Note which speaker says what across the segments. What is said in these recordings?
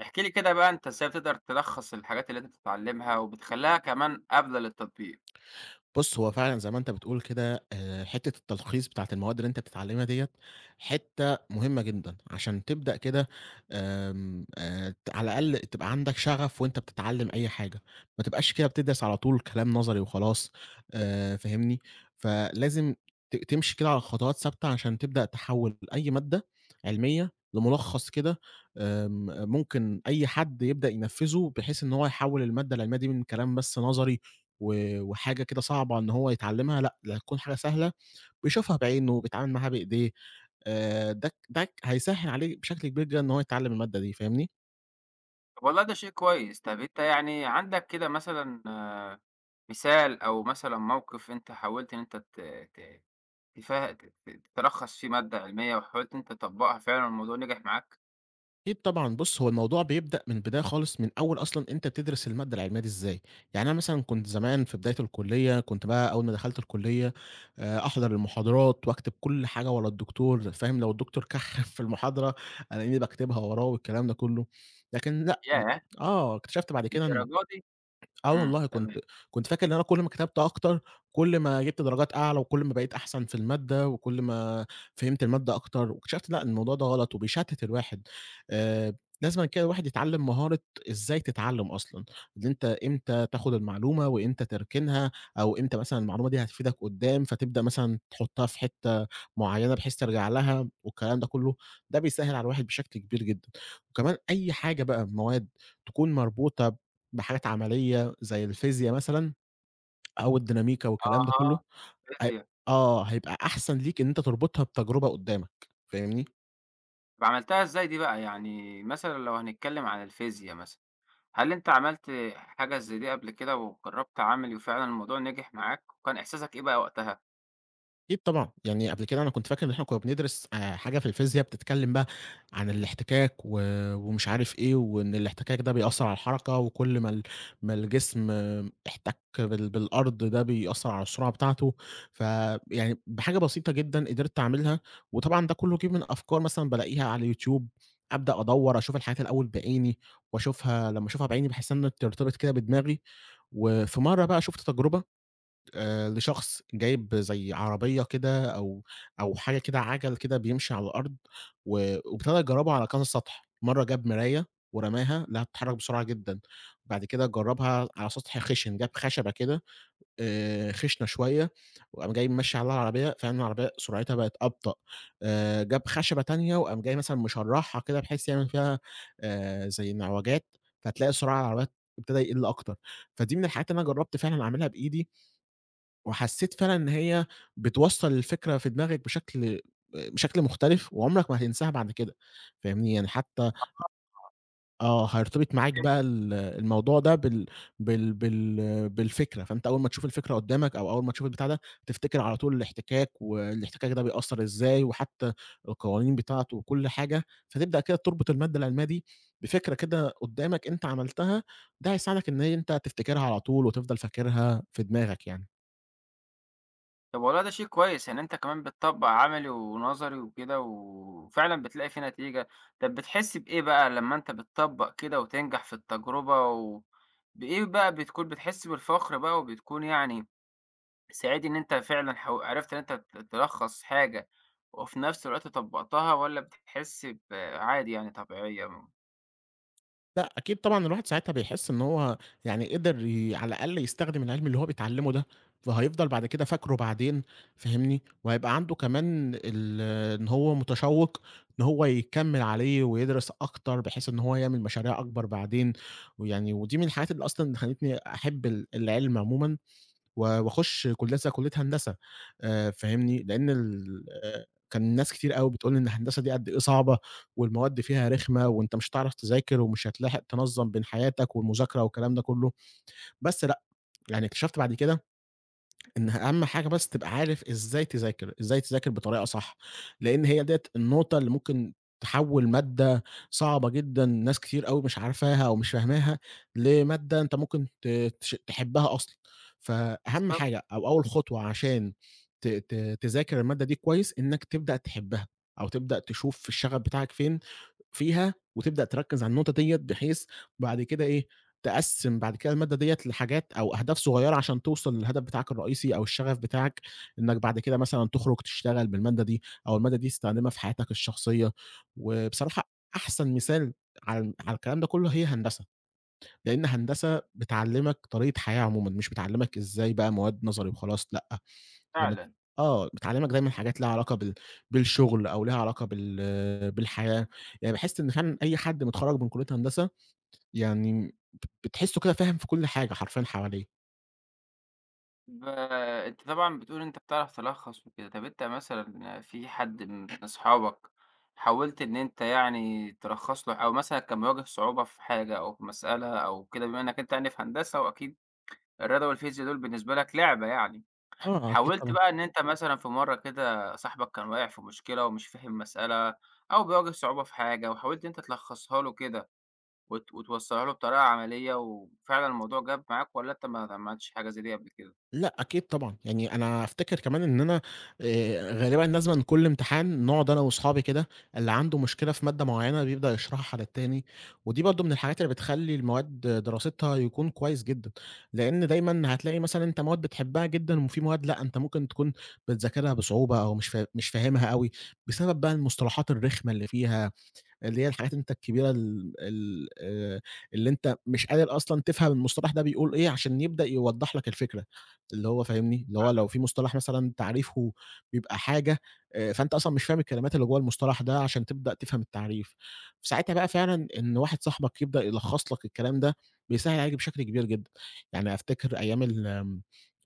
Speaker 1: احكِ لي كده بقى أنت إزاي بتقدر تلخّص الحاجات اللي أنت بتتعلّمها وبتخلّيها كمان قابلة للتطبيق؟
Speaker 2: هو فعلًا زي ما أنت بتقول كده حتّة التلخيص بتاعة المواد اللي أنت بتتعلمها ديّة حتّة مهمة جدًا، عشان تبدأ كده. آمم، ت على الأقل تبقى عندك شغف وأنت بتتعلم أي حاجة، ما تبقاش كده بتدرس على طول كلام نظري وخلاص. فاهمني؟ فلازم تمشي كده على خطوات ثابتة عشان تبدأ تحوّل أي مادة علمية لملخص كده. ممكن أي حد يبدأ ينفذه، بحيث إن هو يحوّل المادة العلمية دي من كلام بس نظري و وحاجة كده صعبة إن هو يتعلّمها، لأ، ده هتكون حاجة سهلة، بيشوفها بعينه، بيتعامل معاها بإيديه. ده ك ده ك هيسهّل عليه بشكل كبير جدًا إن هو يتعلّم المادة دي، فاهمني؟
Speaker 1: طب والله ده شيء كويس. طب أنت يعني عندك كده مثلًا مثال أو مثلًا موقِف أنت حاولت إن أنت ت ت تفه ت ت تلخّص فيه مادة علمية وحاولت إن أنت تطبّقها فعلًا والموضوع نجح معاك؟
Speaker 2: أكيد طبعًا، هو الموضوع بيبدأ من البداية خالص، من أول أصلًا أنت بتدرس المادة العلمية دي إزاي. يعني أنا مثلًا كنت زمان في بداية الكُلّية، كنت بقى أول ما دخلت الكُلّية أحضر المحاضرات وأكتب كل حاجة ورا الدكتور، فاهم؟ لو الدكتور كحّف في المحاضرة، ألاقيني باكتبها وراه والكلام ده كُلّه، لكن لأ.
Speaker 1: ياه!
Speaker 2: آه، اكتشفت بعد كده إن،
Speaker 1: للدرجة دي!
Speaker 2: آه
Speaker 1: إمم،
Speaker 2: والله
Speaker 1: تمام.
Speaker 2: كنت كنت فاكر إن أنا كل ما كتبت أكتر، كل ما جِبت درجات أعلى، وكل ما بقيت أحسن في المادة، وكل ما فهمت المادة أكتر، واكتشفت لأ الموضوع ده غلط وبيشتت الواحد. آآ، لازمًا كده الواحد يتعلم مهارة إزاي تتعلم أصلًا، إن أنت إمتى تاخد المعلومة، وإمتى تركنها، أو إمتى مثلًا المعلومة دي هتفيدك قدّام، فتبدأ مثلًا تحطها في حتة معينة بحيث ترجع لها، والكلام ده كله، ده بيسهّل على الواحد بشكل كبير جدًا. وكمان أي حاجة بقى مواد تكون مربوطة بحاجات عملية زي الفيزيا مثلًا أو الديناميكا والكلام ده
Speaker 1: أها،
Speaker 2: كلّه، هيب
Speaker 1: فيزيا.
Speaker 2: آه، هيبقى أحسن ليك إن أنت تربطها بتجربة قدّامك، فاهمني؟
Speaker 1: طب عملتها إزاي دي بقى؟ يعني مثلًا لو هنتكلّم عن الفيزيا مثلًا. هل أنت عملت حاجة زي دي قبل كده وجرّبت عملي وفعلًا الموضوع نجح معاك؟ وكان إحساسك إيه بقى وقتها؟
Speaker 2: أكيد طبعًا، يعني قبل كده أنا كنت فاكر إن إحنا كنا بندرس حاجة في الفيزيا بتتكلم بقى عن الاحتكاك و ومش عارف إيه، وإن الاحتكاك ده بيأثّر على الحركة، وكل ما الجسم آه، احتك بالأرض ده بيأثّر على السرعة بتاعته. فيعني بحاجة بسيطة جدًا قدرت أعملها، وطبعًا ده كله جِه من أفكار مثلًا بالاقيها على الYouTube. أبدأ أدوّر أشوف الحاجات الأول بعيني، وأشوفها لمّا أشوفها بعيني باحسّها إنها بترتبط كده بدماغي. وفي مرّة بقى شُفت تجربة لشخص جايب زي عربية كده أو حاجة كده عَجَل كده بيمشي على الأرض و وابتدى يجرّبها على كذا سطح. مرّة جاب مراية ورماها لقاها بتتحرك بسرعة جدًا. بعد كده جرّبها على سطح خِشِن، جاب خشبة كده خِشنة شوية وقام جاي ممشّي عليها العربية، فعلًا العربية سرعتها بقت أبطأ. جاب خشبة تانية وقام جاي مثلًا مشرّعها كده بحيث يعمل فيها زي انعوجات، فتلاقي سرعة العربية ابتدى يقِل أكتر. فدي من الحاجات اللي أنا جرّبت فعلًا أعملها بإيدي وحسّيت فعلًا إن هي بتوصّل الفكرة في دماغك بشكل مختلف وعمرك ما هتنساها بعد كده، فاهمني؟ يعني حتى آه، هيرتبط معاك بقى ال الموضوع ده بالفكرة. فأنت أول ما تشوف الفكرة قدّامك أو أول ما تشوف البتاع ده، تفتكر على طول الاحتكاك والاحتكاك ده بيأثّر إزاي وحتى القوانين بتاعته وكل حاجة. فتبدأ كده تربط المادة العلمية دي بفكرة كده قدّامك أنت عملتها، ده هيساعدك إن أنت تفتكرها على طول وتفضل فاكرها في دماغك يعني.
Speaker 1: طب والله ده شيء كويس، يعني أنت كمان بتطبّق عملي ونظري وكده وفعلًا بتلاقي فيه نتيجة. طب بتحس بإيه بقى لمّا أنت بتطبّق كده وتنجح في التجربة بإيه بقى بتكون بتحس بالفخر بقى وبتكون سعيد إن أنت فعلًا عرفت إن أنت تلخّص حاجة وفي نفس الوقت طبّقتها، والّا بتحس عادي يعني طبيعية؟
Speaker 2: لأ، أكيد طبعًا الواحد ساعتها بيحس إن هو يعني قدر ي على الأقل يستخدم العلم اللي هو بيتعلمه ده، فهيفضل بعد كده فاكره بعدين فاهمني. وهيبقى عنده كمان ال إن هو متشوق إن هو يكمّل عليه ويدرس أكتر، بحيث إن هو يعمل مشاريع أكبر بعدين. ويعني ودي من الحاجات اللي أصلًا خلّتني أحب ال العلم عمومًا. و وأخُش كُلّية زي كُلّية هندسة، فاهمني، لإن ال آه، كان ناس كتير أوي بتقول لي إن الهندسة دي قد إيه صعبة والمواد فيها رخمة وأنت مش هتعرف تذاكر ومش هتلاحق تنظّم بين حياتك والمذاكرة والكلام ده كُلّه. بس لأ، يعني اكتشفت بعد كده إن أهم حاجة بس تبقى عارف إزاي تذاكر، إزاي تذاكر بطريقة صح. لإن هي ديّة النقطة اللي ممكن تحوّل مادة صعبة جدًا ناس كتير أوي مش عارفاها أو مش فاهماها، لمادة أنت ممكن ت تش تحبها أصلًا. فأهم
Speaker 1: بالضبط.
Speaker 2: حاجة أو أول خطوة عشان ت ت تذاكر المادة دي كويس، إنك تبدأ تحبها أو تبدأ تشوف الشغف بتاعك فيها وتبدأ تركّز على النقطة ديّة. بحيث بعد كده إيه، تقسّم بعد كده المادة ديّة لحاجات أو أهداف صغيّرة عشان توصل للهدف بتاعك الرئيسي أو الشغف بتاعك، إنّك بعد كده مثلًا تخرج تشتغل بالمادة دي أو المادة دي تستخدمها في حياتك الشخصية. وبصراحة أحسن مثال على الكلام ده كلّه هي هندسة، لإن هندسة بتعلّمك طريقة حياة عمومًا، مش بتعلّمك إزاي بقى مواد نظري وخلاص لأ. لمّا ت
Speaker 1: فعلًا.
Speaker 2: آه، بتعلّمك دايمًا حاجات ليها علاقة بالشغل أو ليها علاقة بالحياة. يعني باحس إن فعلًا أي حد متخرّج من كلية هندسة يعني بتحسّه كده فاهم في كل حاجة حرفيًا حواليه.
Speaker 1: ب أنت طبعًا بتقول أنت بتعرف تلخّص وكده. طب أنت مثلًا في حد من أصحابك حاولت إن أنت يعني تلخّص له، أو مثلًا كان مواجه صعوبة في حاجة أو في مسألة أو كده، بما إنّك أنت يعني في هندسة وأكيد الرياضة والفيزيا دول بالنسبة لك لعبة يعني،
Speaker 2: آه أكيد
Speaker 1: حاولت
Speaker 2: طبعًا.
Speaker 1: بقى إن أنت مثلًا في مرّة كده صاحبك كان واقع في مشكلة ومش فاهم مسألة أو بيواجه صعوبة في حاجة، وحاولت إن أنت تلخّصها له كده وتوصّلها له بطريقة عملية وفعلًا الموضوع جاب معاك، والّا أنت ما عملتش حاجة زي دي قبل كده؟
Speaker 2: لأ أكيد طبعًا، يعني أنا أفتكر كمان إن أنا غالبًا لازمًا كل امتحان نقعد أنا وأصحابي كده، اللي عنده مشكلة في مادة معيّنة بيبدأ يشرحها على التاني. ودي برضه من الحاجات اللي بتخلّي المواد دراستها يكون كويس جدًا. لإن دايمًا هتلاقي مثلًا أنت مواد بتحبها جدًا وفي مواد لأ، أنت ممكن تكون بتذاكرها بصعوبة أو مش فاهمها أوي، بسبب بقى المصطلحات الرخمة اللي فيها اللي هي الحاجات أنت الكبيرة ال ال اللي أنت مش قادر أصلًا تفهم المصطلح ده بيقول إيه عشان يبدأ يوضّح لك الفكرة. اللي هو فاهمني؟ اللي هو لو في مصطلح مثلًا تعريفه بيبقى حاجة فأنت أصلًا مش فاهم الكلمات اللي جوّه المصطلح ده عشان تبدأ تفهم التعريف. فساعتها بقى فعلًا إن واحد صاحبك يبدأ يلخّص لك الكلام ده، بيسهّل عليك بشكل كبير جدًا. يعني أفتكر أيام ال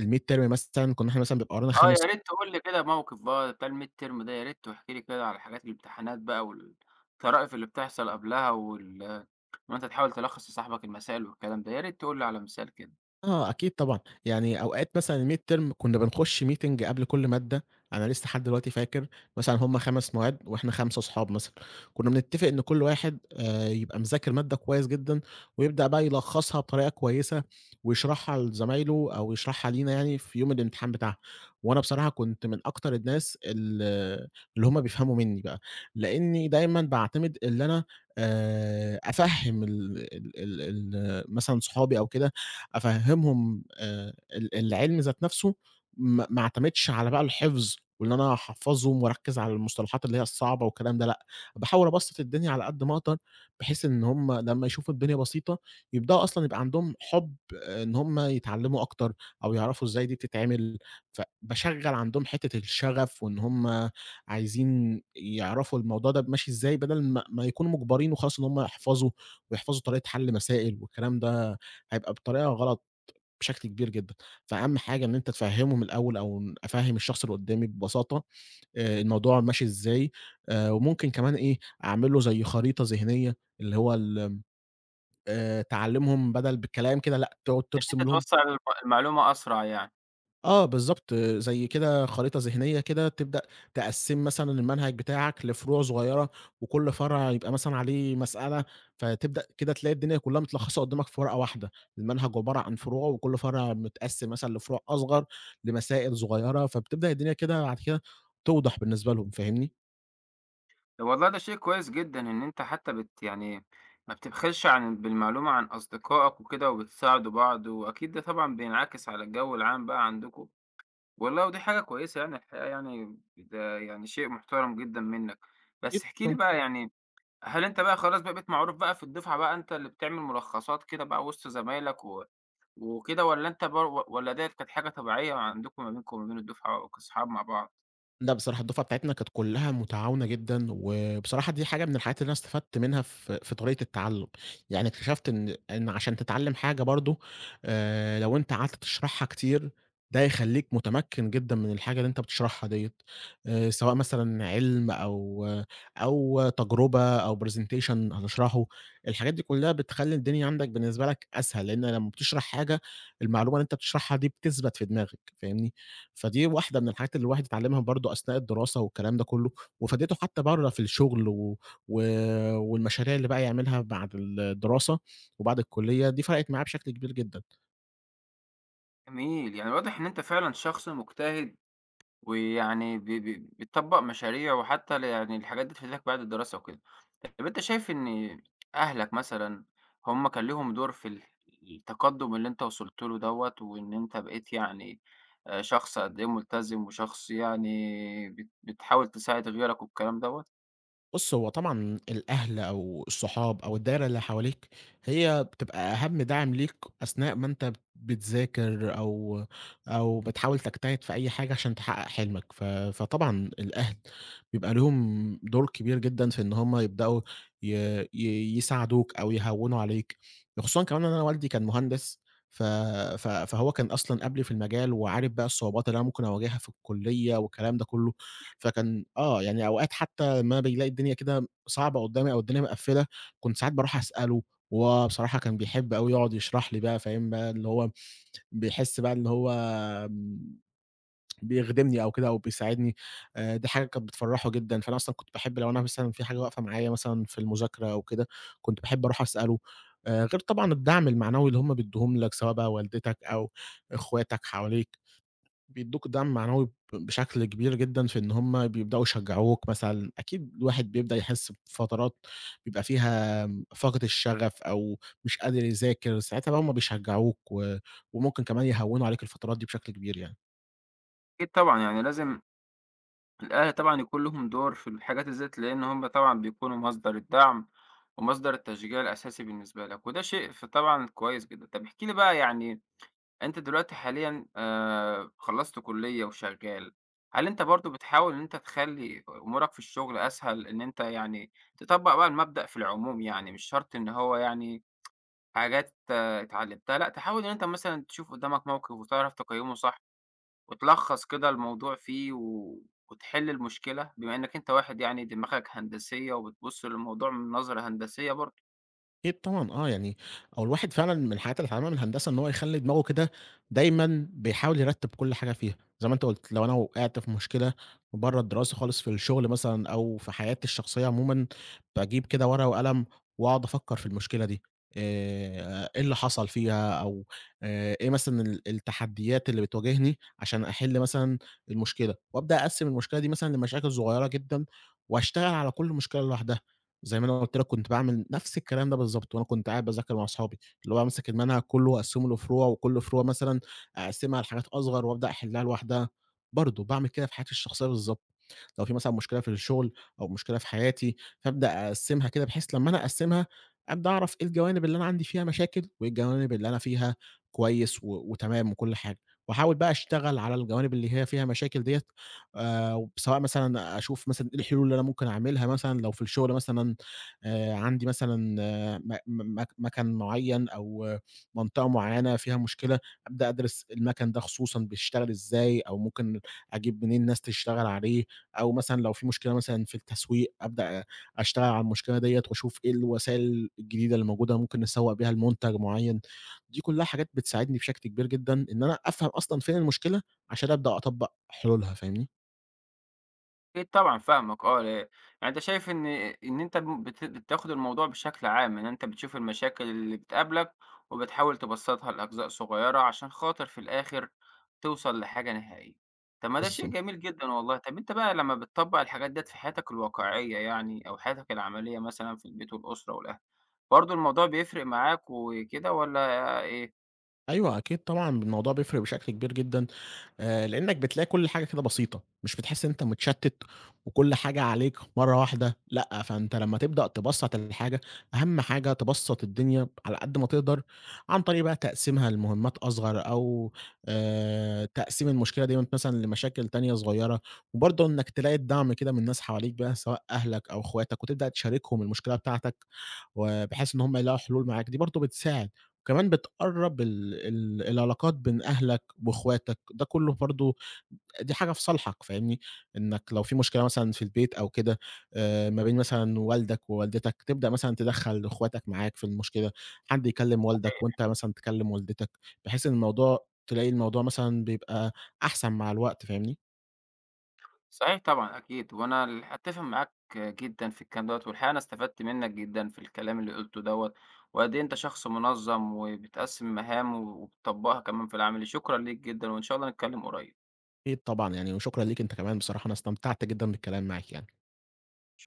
Speaker 2: الmid term مثلًا كنا إحنا مثلًا بيبقى ورانا
Speaker 1: آه، يا
Speaker 2: 5.
Speaker 1: ريت تقول لي كده موقف بقى بتاع الميد تيرم ده، يا ريت تحكي لي كده على حاجات الامتحانات بقى والطرائف اللي بتحصل قبلها وإن أنت تحاول تلخّص لصاحبك المسائل والكلام ده، يا ريت تقول لي على مثال كده.
Speaker 2: آه، أكيد طبعًا، يعني أوقات مثلًا الmidterm كنا بنخش meeting قبل كل مادة. أنا لسه لحد دلوقتي فاكر مثلًا هُم 5 مواد وإحنا 5 صحاب مثلًا، كنا بنتفق إن كل واحد يبقى مذاكر مادة كويس جدًا، ويبدأ بقى يلخصها بطريقة كويسة، ويشرحها لزمايله أو يشرحها لينا يعني في يوم الامتحان بتاعها. وأنا بصراحة كنت من أكتر الناس ال اللي هُم بيفهموا مني بقى، لإني دايمًا باعتمد اللي أنا أفهم ال ال ال ال مثلًا صحابي أو كده أفهّمهم ال العلم ذات نَفْسه، ما اعتمدش على بقى الحفظ وإن أنا أحفّظهم وأركّز على المصطلحات اللي هي الصعبة والكلام ده لأ. باحاول أبسّط الدنيا على قد ما أقدر، بحيث إن هم لمّا يشوفوا الدنيا بسيطة يبدأوا أصلًا يبقى عندهم حُب آه، إن هم يتعلّموا أكتر أو يعرفوا إزاي دي بتتعمل. فباشغّل عندهم حتّة الشغف وإن هم عايزين يعرفوا الموضوع ده ماشي إزاي بدل ما يكونوا مُجبرين وخلاص إن هم يحفظوا ويحفظوا طريقة حَل مسائل والكلام ده هيبقى بطريقة غلط بشكل كبير جدًا. فأهم حاجة إن أنت تفهّمه من الأول أو أفهّم الشخص اللي قدّامي ببساطة الموضوع ماشي إزاي. وممكن كمان إيه، أعمل له زي خريطة ذهنية اللي هو ال تعلّمهم بدل بالكلام كده لأ، تقعد
Speaker 1: إن أنت
Speaker 2: ترسم لهم.
Speaker 1: توصّل المعلومة أسرع يعني.
Speaker 2: آه، بالضبط، زي كده خريطة ذهنية كده تبدأ تقسّمي مثلًا المنهج بتاعك لفروع صغيّرة، وكل فرع يبقى مثلًا عليه مسألة. فتبدأ كده تلاقي الدنيا كلّها متلخّصة قدّامك في ورقة واحدة، المنهج عبارة عن فروع وكل فرع متقسّم مثلًا لفروع أصغر، لمسائل صغيّرة. فبتبدأ الدنيا كده بعد كده توضح بالنسبة لهم، فاهمني؟
Speaker 1: طب والله ده شيء كويس جدًا إن أنت حتى يعني ما بتبخلش عن بالمعلومة عن أصدقائك وكده وبتساعدوا بعض، وأكيد ده طبعًا بينعكس على الجو العام بقى عندكم. والله ودي حاجة كويسة يعني الحقيقة يعني، ده يعني شيء محترم جدًا منّك. بس
Speaker 2: أكيد
Speaker 1: احكِ لي
Speaker 2: طبعًا.
Speaker 1: بقى يعني، هل أنت بقى خلاص بقى بقيت معروف بقى في الدفعة بقى أنت اللي بتعمل ملخصات كده بقى وسط زمايلك وكده والّا أنت والّا ديّة كانت حاجة طبيعية عندكم ما بينكم وما بين الدفعة كأصحاب مع بعض؟
Speaker 2: لأ بصراحة الدفعة بتاعتنا كانت كلّها متعاونة جدًا، وبصراحة دي حاجة من الحاجات اللي أنا استفدت منها في طريقة التعلُّم. يعني اكتشفت إن عشان تتعلّم حاجة برضه، لو أنت قعدت تشرحها كتير، ده هيخلّيك متمكّن جدًا من الحاجة اللي أنت بتشرحها ديّة، سواء مثلًا علم أو تجربة أو presentation هتشرحه. الحاجات دي كلّها بتخلّي الدنيا عندك بالنسبة لك أسهل، لإن لمّا بتشرح حاجة، المعلومة اللي أنت بتشرحها دي بتثبت في دماغك، فاهمني؟ فدي واحدة من الحاجات اللي الواحد اتعلّمها برضه أثناء الدراسة والكلام ده كلّه، وفادته حتى برّه في الشغل و و والمشاريع اللي بقى يعملها بعد الدراسة وبعد الكُلّية، دي فرقت معاه بشكل كبير جدًا.
Speaker 1: جميل، يعني واضح إن أنت فعلًا شخص مجتهد. ويعني ب ب بتطبّق مشاريع وحتى يعني الحاجات دي تفيدك بعد الدراسة وكده. طب أنت شايف إن أهلك مثلًا هم كان ليهم دور في التقدُّم اللي أنت وصلت له دوّة، وإن أنت بقيت يعني شخص قد إيه ملتزم وشخص يعني بتحاول تساعد غيرك والكلام دوّة؟
Speaker 2: هو طبعًا الأهل أو الصحاب أو الدايرة اللي حواليك هي بتبقى أهم داعم ليك أثناء ما أنت بتذاكر أو بتحاول تجتهد في أي حاجة عشان تحقق حلمك. ف فطبعًا الأهل بيبقى ليهم دور كبير جدًا في إن هم يبدأوا ي ي يساعدوك أو يهوّنوا عليك، خصوصًا كمان إن أنا والدي كان مهندس. ف ف فهو كان أصلًا قبلي في المجال وعارف بقى الصعوبات اللي أنا ممكن أواجهها في الكلية والكلام ده كله. فكان آه، يعني أوقات حتى لمّا بيلاقي الدنيا كده صعبة قدّامي أو الدنيا مقفّلة، كنت ساعات باروح أسأله. وهو بصراحة كان بيحب أوي يقعد يشرح لي بقى فاهم بقى، اللي هو بيحس بقى إن هو آمم، بيخدمني أو كده أو بيساعدني. دي حاجة كانت بتفرّحه جدًا، فأنا أصلًا كنت باحب لو أنا مثلًا في حاجة واقفة معايا مثلًا في المذاكرة أو كده، كنت باحب أروح أسأله. غير طبعًا الدعم المعنوي اللي هُم بيدّوهم لك سواء بقى والدتك أو إخواتك حواليك. بيدّوك دعم معنوي بشكل كبير جدًا في إن هم بيبدأوا يشجّعوك مثلًا. أكيد الواحد بيبدأ يحس بفترات بيبقى فيها فاقد الشغف أو مش قادر يذاكر، ساعتها بقى هم بيشجّعوك و وممكن كمان يهوّنوا عليك الفترات دي بشكل كبير يعني.
Speaker 1: أكيد طبعًا، يعني لازم الأهل طبعًا يكون لهم دور في الحاجات دي ذات لإن هم طبعًا بيكونوا مصدر الدعم ومصدر التشجيع الأساسي بالنسبة لك، وده شيء فطبعًا كويس جدًا. طب احكِ لي بقى يعني، أنت دلوقتي حاليًا خلّصت كُلّية وشغّال، هل أنت برضه بتحاول إن أنت تخلّي أمورك في الشغل أسهل، إن أنت يعني تطبّق بقى المبدأ في العموم يعني، مش شرط إن هو يعني حاجات آه، اتعلّمتها، لأ، تحاول إن أنت مثلًا تشوف قدّامك موقف وتعرف تقيّمه صح وتلخّص كده الموضوع فيه وتحل المشكلة، بما إنّك أنت واحد يعني دماغك هندسية وبتبُص للموضوع من نظرة هندسية برضه؟
Speaker 2: أكيد طبعًا آه، يعني هو الواحد فعلًا من الحاجات اللي اتعلمها من الهندسة إن هو يخلّي دماغه كده دايمًا بيحاول يرتّب كل حاجة فيها، زي ما أنت قُلت لو أنا وقعت في مشكلة برّه الدراسة خالص في الشغل مثلًا أو في حياتي الشخصية عمومًا، باجيب كده ورقة وقلم واقعد أفكّر في المشكلة دي. إيه اللي حصل فيها أو إيه مثلًا ال التحديات اللي بتواجهني عشان أحِل مثلًا المشكلة، وأبدأ أقسّم المشكلة دي مثلًا لمشاكل صغيّرة جدًا وأشتغل على كل مشكلة لوحدها. زي ما أنا قُلت لك كنت باعمل نفس الكلام ده بالضبط، وأنا كنت قاعد باذاكر مع أصحابي، اللي هو أمسك المنهج كلّه وأقسّمه لفروع، وكل فروع مثلًا أقسّمها لحاجات أصغر وأبدأ أحلّها لوحدها. برضه باعمل كده في حياتي الشخصية بالضبط، لو في مثلًا مشكلة في الشغل أو مشكلة في حياتي، فابدأ أقسّمها كده بحيث لمّا أنا أقسّمها أبدأ أعرف إيه الجوانب اللي أنا عندي فيها مشاكل، وإيه الجوانب اللي أنا فيها كويس و وتمام وكل حاجة. وأحاول بقى أشتغل على الجوانب اللي هي فيها مشاكل ديّة، سواء مثلًا أشوف مثلًا إيه الحلول اللي أنا ممكن أعملها مثلًا لو في الشغل مثلًا، عندي مثلًا آه، م م مك مَكَن معيّن أو آه، منطقة معيّنة فيها مشكلة، أبدأ أدرس المَكَن ده خصوصًا بيشتغل إزاي، أو ممكن أجيب منين ناس تشتغل عليه. أو مثلًا لو في مشكلة مثلًا في التسويق، أبدأ أشتغل على المشكلة ديّة وأشوف إيه الوسائل الجديدة اللي موجودة ممكن نسوّق بيها لمنتج معيّن. دي كلّها حاجات بتساعدني بشكل كبير جدًا إن أنا أفهم أصلًا فين المشكلة عشان أبدأ أطبّق حلولها، فاهمني؟
Speaker 1: أكيد طبعًا فاهمك آه، يعني أنت شايف إن أنت م بت بتاخد الموضوع بشكل عام، إن أنت بتشوف المشاكل اللي بتقابلك وبتحاول تبسّطها لأجزاء صغيّرة عشان خاطر في الآخر توصل لحاجة نهائية. طب ما ده شيء
Speaker 2: بالضبط.
Speaker 1: جميل جدًا والله، طب أنت بقى لمّا بتطبّق الحاجات ديّة في حياتك الواقعية يعني أو حياتك العملية مثلًا في البيت والأسرة والأهل، برضه الموضوع بيفرق معاك وكده والّا إيه؟
Speaker 2: أيوه أكيد طبعًا، الموضوع بيفرق بشكل كبير جدًا. لإنّك بتلاقي كل حاجة كده بسيطة، مش بتحس إن أنت متشتِّت وكل حاجة عليك مرّة واحدة، لأ، فأنت لمّا تبدأ تبسّط الحاجة، أهم حاجة تبسّط الدنيا على قد ما تقدر، عن طريق بقى تقسيمها لمهمات أصغر أو تقسيم المشكلة ديّة مثلًا لمشاكل تانية صغيّرة. وبرضه إنّك تلاقي الدعم كده من ناس حواليك بقى سواء أهلك أو أخواتك وتبدأ تشاركهم المشكلة بتاعتك، وبحيث إن هم يلاقوا حلول معاك، دي برضه بتساعد. وكمان بتقرّب ال ال العلاقات بين أهلك وأخواتك، ده كُلّه برضه دي حاجة في صالحك فاهمني، إنّك لو في مشكلة مثلًا في البيت أو كده، ما بين مثلًا والدك ووالدتك، تبدأ مثلًا تدخّل أخواتك معاك في المشكلة، حد يكلّم والدك وأنت مثلًا تكلّم والدتك، بحيث إن الموضوع تلاقي الموضوع مثلًا بيبقى أحسن مع الوقت فاهمني.
Speaker 1: صحيح طبعًا أكيد، وأنا أتّفق معاك جدًا في الكلام دوّة، والحقيقة أنا استفدت منّك جدًا في الكلام اللي قُلته دوّة، وقد إيه أنت شخص منظّم وبتقسّم مهام وبتطبّقها كمان في العملي، شكرًا ليك جدًا، وإن شاء الله نتكلّم قريب.
Speaker 2: أكيد طبعًا يعني وشكرًا ليك أنت كمان بصراحة أنا استمتعت جدًا بالكلام معاك يعني.